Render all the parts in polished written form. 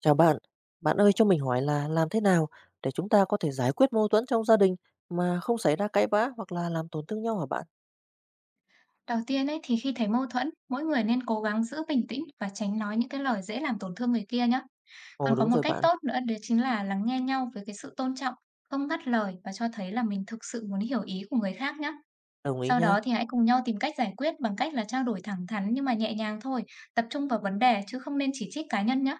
Chào bạn, bạn ơi cho mình hỏi là làm thế nào để chúng ta có thể giải quyết mâu thuẫn trong gia đình mà không xảy ra cãi vã hoặc là làm tổn thương nhau hả bạn? Đầu tiên ấy thì khi thấy mâu thuẫn, mỗi người nên cố gắng giữ bình tĩnh và tránh nói những cái lời dễ làm tổn thương người kia nhé. Ồ Còn có đúng một rồi cách bạn, tốt nữa đấy chính là lắng nghe nhau với cái sự tôn trọng, không ngắt lời và cho thấy là mình thực sự muốn hiểu ý của người khác nhé. đồng ý Sau nha. đó thì hãy cùng nhau tìm cách giải quyết bằng cách là trao đổi thẳng thắn nhưng mà nhẹ nhàng thôi, tập trung vào vấn đề chứ không nên chỉ trích cá nhân nhé.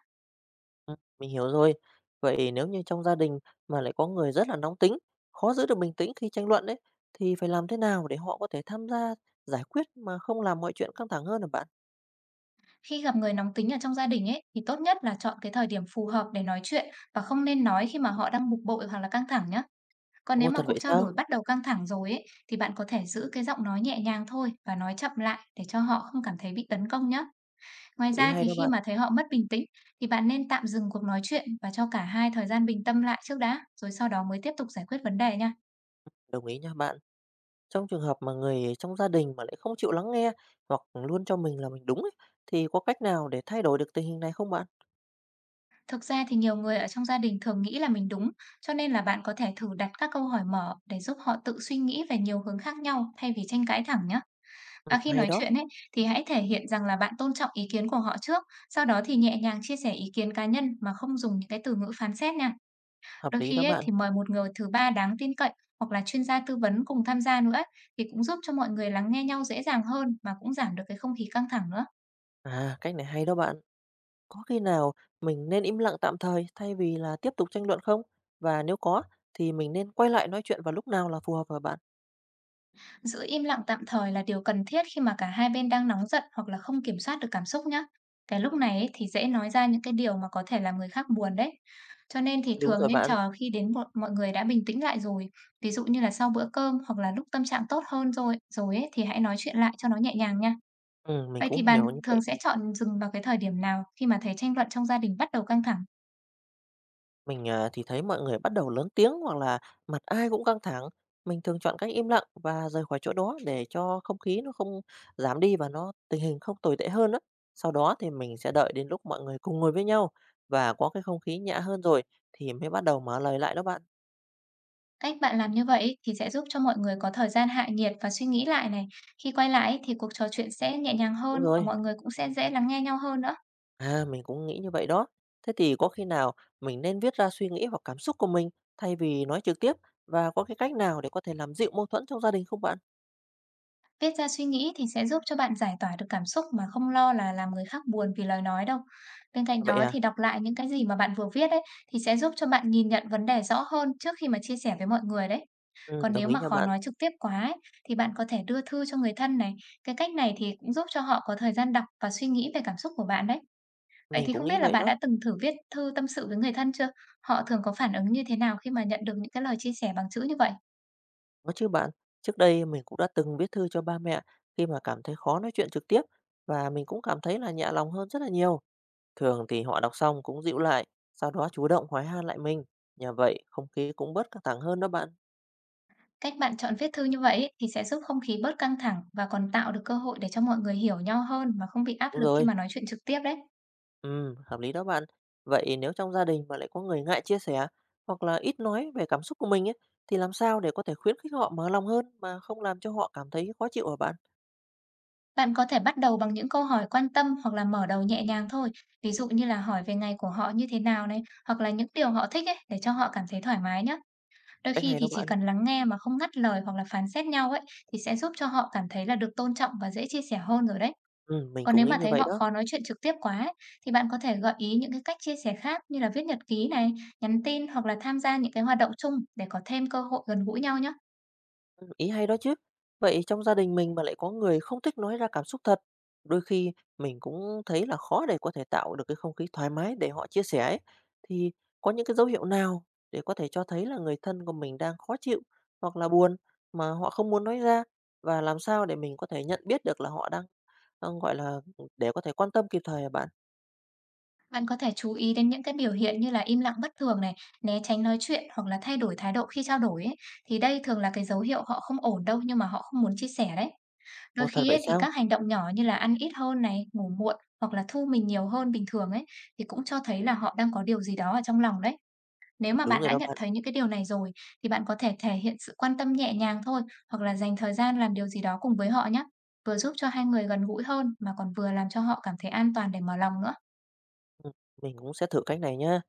Ừ, mình hiểu rồi. Vậy nếu như trong gia đình mà lại có người rất là nóng tính, khó giữ được bình tĩnh khi tranh luận đấy, thì phải làm thế nào để họ có thể tham gia giải quyết mà không làm mọi chuyện căng thẳng hơn hả bạn? Khi gặp người nóng tính ở trong gia đình ấy thì tốt nhất là chọn cái thời điểm phù hợp để nói chuyện và không nên nói khi mà họ đang bực bội hoặc là căng thẳng nhé. Còn Ồ nếu mà thật vậy cuộc trao sao? đổi bắt đầu căng thẳng rồi ấy, thì bạn có thể giữ cái giọng nói nhẹ nhàng thôi và nói chậm lại để cho họ không cảm thấy bị tấn công nhé. Ngoài Ý ra hay thì đó khi bạn, mà thấy họ mất bình tĩnh thì bạn nên tạm dừng cuộc nói chuyện và cho cả hai thời gian bình tâm lại trước đã, rồi sau đó mới tiếp tục giải quyết vấn đề nha. đồng ý nha bạn. Trong trường hợp mà người trong gia đình mà lại không chịu lắng nghe hoặc luôn cho mình là mình đúng ấy, thì có cách nào để thay đổi được tình hình này không bạn? Thực ra thì nhiều người ở trong gia đình thường nghĩ là mình đúng, cho nên là bạn có thể thử đặt các câu hỏi mở để giúp họ tự suy nghĩ về nhiều hướng khác nhau thay vì tranh cãi thẳng nhé. À, khi Hay nói đó, chuyện ấy, thì hãy thể hiện rằng là bạn tôn trọng ý kiến của họ trước, sau đó thì nhẹ nhàng chia sẻ ý kiến cá nhân mà không dùng những cái từ ngữ phán xét nha. hợp Đôi lý khi đó ấy, bạn. thì mời một người thứ ba đáng tin cậy hoặc là chuyên gia tư vấn cùng tham gia nữa ấy, thì cũng giúp cho mọi người lắng nghe nhau dễ dàng hơn mà cũng giảm được cái không khí căng thẳng nữa. À, cách này hay đó bạn. Có khi nào mình nên im lặng tạm thời thay vì là tiếp tục tranh luận không? Và nếu có thì mình nên quay lại nói chuyện vào lúc nào là phù hợp hả bạn? Giữ im lặng tạm thời là điều cần thiết khi mà cả hai bên đang nóng giận hoặc là không kiểm soát được cảm xúc nhá. Cái lúc này ấy, thì dễ nói ra những cái điều mà có thể làm người khác buồn đấy. Cho nên thì Đúng thường rồi nên bạn. chờ khi đến một mọi người đã bình tĩnh lại rồi, ví dụ như là sau bữa cơm hoặc là lúc tâm trạng tốt hơn rồi, rồi ấy, thì hãy nói chuyện lại cho nó nhẹ nhàng nha. Ừ, mình Vậy thì cũng bạn hiểu như vậy. thường sẽ chọn dừng vào cái thời điểm nào khi mà thấy tranh luận trong gia đình bắt đầu căng thẳng? Mình, thì thấy mọi người bắt đầu lớn tiếng hoặc là mặt ai cũng căng thẳng. Mình thường chọn cách im lặng và rời khỏi chỗ đó để cho không khí nó không giảm đi và tình hình không tồi tệ hơn á. Sau đó thì mình sẽ đợi đến lúc mọi người cùng ngồi với nhau và có cái không khí nhã hơn rồi thì mới bắt đầu mở lời lại đó bạn. Cách bạn làm như vậy thì sẽ giúp cho mọi người có thời gian hạ nhiệt và suy nghĩ lại này. Khi quay lại ấy thì cuộc trò chuyện sẽ nhẹ nhàng Đúng hơn và rồi. mọi người cũng sẽ dễ lắng nghe nhau hơn nữa. À, mình cũng nghĩ như vậy đó. Thế thì có khi nào mình nên viết ra suy nghĩ hoặc cảm xúc của mình thay vì nói trực tiếp và có cái cách nào để có thể làm dịu mâu thuẫn trong gia đình không bạn? Viết ra suy nghĩ thì sẽ giúp cho bạn giải tỏa được cảm xúc mà không lo là làm người khác buồn vì lời nói đâu. Bên cạnh Vậy đó à? thì đọc lại những cái gì mà bạn vừa viết ấy thì sẽ giúp cho bạn nhìn nhận vấn đề rõ hơn trước khi mà chia sẻ với mọi người đấy. Ừ, Còn đồng nếu ý mà nha khó bạn. nói trực tiếp quá ấy, thì bạn có thể đưa thư cho người thân này. Cái cách này thì cũng giúp cho họ có thời gian đọc và suy nghĩ về cảm xúc của bạn đấy. Vậy Mình thì cũng không nghĩ biết là vậy bạn đó. đã từng thử viết thư tâm sự với người thân chưa? Họ thường có phản ứng như thế nào khi mà nhận được những cái lời chia sẻ bằng chữ như vậy? Có chứ bạn, trước đây mình cũng đã từng viết thư cho ba mẹ khi mà cảm thấy khó nói chuyện trực tiếp và mình cũng cảm thấy là nhẹ lòng hơn rất là nhiều. Thường thì họ đọc xong cũng dịu lại, sau đó chủ động hỏi han lại mình. Nhờ vậy không khí cũng bớt căng thẳng hơn đó bạn. Cách bạn chọn viết thư như vậy ấy, thì sẽ giúp không khí bớt căng thẳng và còn tạo được cơ hội để cho mọi người hiểu nhau hơn mà không bị áp Đúng lực khi rồi, mà nói chuyện trực tiếp đấy. ừ, hợp lý đó bạn. Vậy nếu trong gia đình mà lại có người ngại chia sẻ hoặc là ít nói về cảm xúc của mình ấy, thì làm sao để có thể khuyến khích họ mở lòng hơn mà không làm cho họ cảm thấy khó chịu hả bạn? Bạn có thể bắt đầu bằng những câu hỏi quan tâm hoặc là mở đầu nhẹ nhàng thôi. Ví dụ như là hỏi về ngày của họ như thế nào này, hoặc là những điều họ thích ấy để cho họ cảm thấy thoải mái nhé. Đôi Cách khi hay thì đó chỉ bạn. cần lắng nghe mà không ngắt lời hoặc là phán xét nhau ấy thì sẽ giúp cho họ cảm thấy là được tôn trọng và dễ chia sẻ hơn rồi đấy. Ừ, mình Còn cũng nếu nghĩ mà như thấy vậy họ đó. khó nói chuyện trực tiếp quá ấy, thì bạn có thể gợi ý những cái cách chia sẻ khác như là viết nhật ký này, nhắn tin hoặc là tham gia những cái hoạt động chung để có thêm cơ hội gần gũi nhau nhé. Ý hay đó chứ. Vậy trong gia đình mình mà lại có người không thích nói ra cảm xúc thật, đôi khi mình cũng thấy là khó để có thể tạo được cái không khí thoải mái để họ chia sẻ ấy. Thì có những cái dấu hiệu nào để có thể cho thấy là người thân của mình đang khó chịu hoặc là buồn mà họ không muốn nói ra và làm sao để mình có thể nhận biết được là họ đang gọi là để có thể quan tâm kịp thời hả bạn? Bạn có thể chú ý đến những cái biểu hiện như là im lặng bất thường này, né tránh nói chuyện hoặc là thay đổi thái độ khi trao đổi ấy. Thì đây thường là cái dấu hiệu họ không ổn đâu nhưng mà họ không muốn chia sẻ đấy. Đôi Ồ, thật khi vậy ấy, thì sao? các hành động nhỏ như là ăn ít hơn này, ngủ muộn hoặc là thu mình nhiều hơn bình thường ấy thì cũng cho thấy là họ đang có điều gì đó ở trong lòng đấy. Nếu mà Đúng bạn rồi đã đó nhận bạn. thấy những cái điều này rồi thì bạn có thể thể hiện sự quan tâm nhẹ nhàng thôi, hoặc là dành thời gian làm điều gì đó cùng với họ nhé. Vừa giúp cho hai người gần gũi hơn mà còn vừa làm cho họ cảm thấy an toàn để mở lòng nữa. Ừm, mình cũng sẽ thử cách này nhá.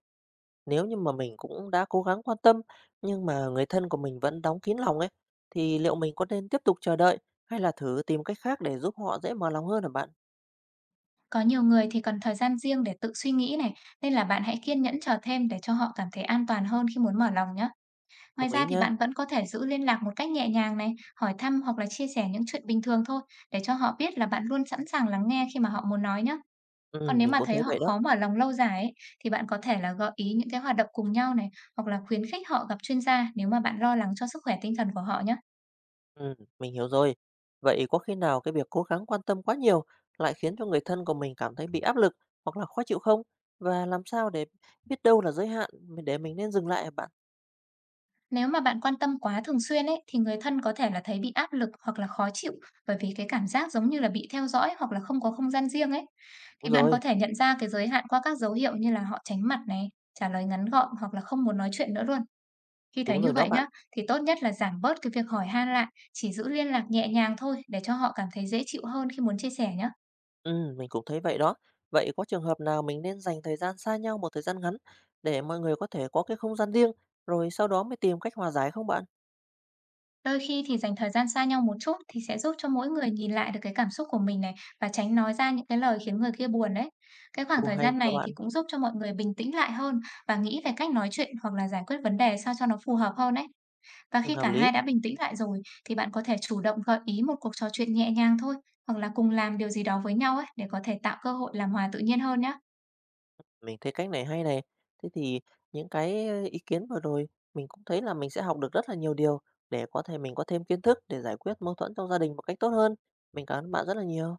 Nếu như mà mình cũng đã cố gắng quan tâm, nhưng mà người thân của mình vẫn đóng kín lòng ấy, thì liệu mình có nên tiếp tục chờ đợi hay là thử tìm cách khác để giúp họ dễ mở lòng hơn hả bạn? Có nhiều người thì cần thời gian riêng để tự suy nghĩ này, nên là bạn hãy kiên nhẫn chờ thêm để cho họ cảm thấy an toàn hơn khi muốn mở lòng nhé. Ngoài Đồng ý ra thì nha. bạn vẫn có thể giữ liên lạc một cách nhẹ nhàng này, hỏi thăm hoặc là chia sẻ những chuyện bình thường thôi, để cho họ biết là bạn luôn sẵn sàng lắng nghe khi mà họ muốn nói nhé. Ừ, Còn nếu mình mà cũng thấy thấy họ vậy đó. khó mở lòng lâu dài ấy, thì bạn có thể là gợi ý những cái hoạt động cùng nhau này, hoặc là khuyến khích họ gặp chuyên gia nếu mà bạn lo lắng cho sức khỏe tinh thần của họ nhé. Ừ, mình hiểu rồi. Vậy có khi nào cái việc cố gắng quan tâm quá nhiều lại khiến cho người thân của mình cảm thấy bị áp lực hoặc là khó chịu không? Và làm sao để biết đâu là giới hạn để mình nên dừng lại hả bạn? Nếu mà bạn quan tâm quá thường xuyên ấy, thì người thân có thể là thấy bị áp lực hoặc là khó chịu bởi vì cái cảm giác giống như là bị theo dõi hoặc là không có không gian riêng ấy. Đúng Thì bạn rồi, có thể nhận ra cái giới hạn qua các dấu hiệu như là họ tránh mặt này, trả lời ngắn gọn hoặc là không muốn nói chuyện nữa luôn. Khi thấy đúng rồi như đó vậy bạn. nhá, thì tốt nhất là giảm bớt cái việc hỏi han lại, chỉ giữ liên lạc nhẹ nhàng thôi để cho họ cảm thấy dễ chịu hơn khi muốn chia sẻ nhá. Mình cũng thấy vậy đó. Vậy có trường hợp nào mình nên dành thời gian xa nhau một thời gian ngắn để mọi người có thể có cái không gian riêng, rồi sau đó mới tìm cách hòa giải không bạn? Đôi khi thì dành thời gian xa nhau một chút thì sẽ giúp cho mỗi người nhìn lại được cái cảm xúc của mình này và tránh nói ra những cái lời khiến người kia buồn đấy. Cái khoảng Ồ, thời hay gian đó này bạn, thì cũng giúp cho mọi người bình tĩnh lại hơn và nghĩ về cách nói chuyện hoặc là giải quyết vấn đề sao cho nó phù hợp hơn đấy. Và ừ, khi hợp cả lý. hai đã bình tĩnh lại rồi thì bạn có thể chủ động gợi ý một cuộc trò chuyện nhẹ nhàng thôi hoặc là cùng làm điều gì đó với nhau ấy để có thể tạo cơ hội làm hòa tự nhiên hơn nhé. Mình thấy cách này hay này. Thế thì những cái ý kiến vừa rồi mình cũng thấy là mình sẽ học được rất là nhiều điều để có thể mình có thêm kiến thức để giải quyết mâu thuẫn trong gia đình một cách tốt hơn. Mình cảm ơn bạn rất là nhiều.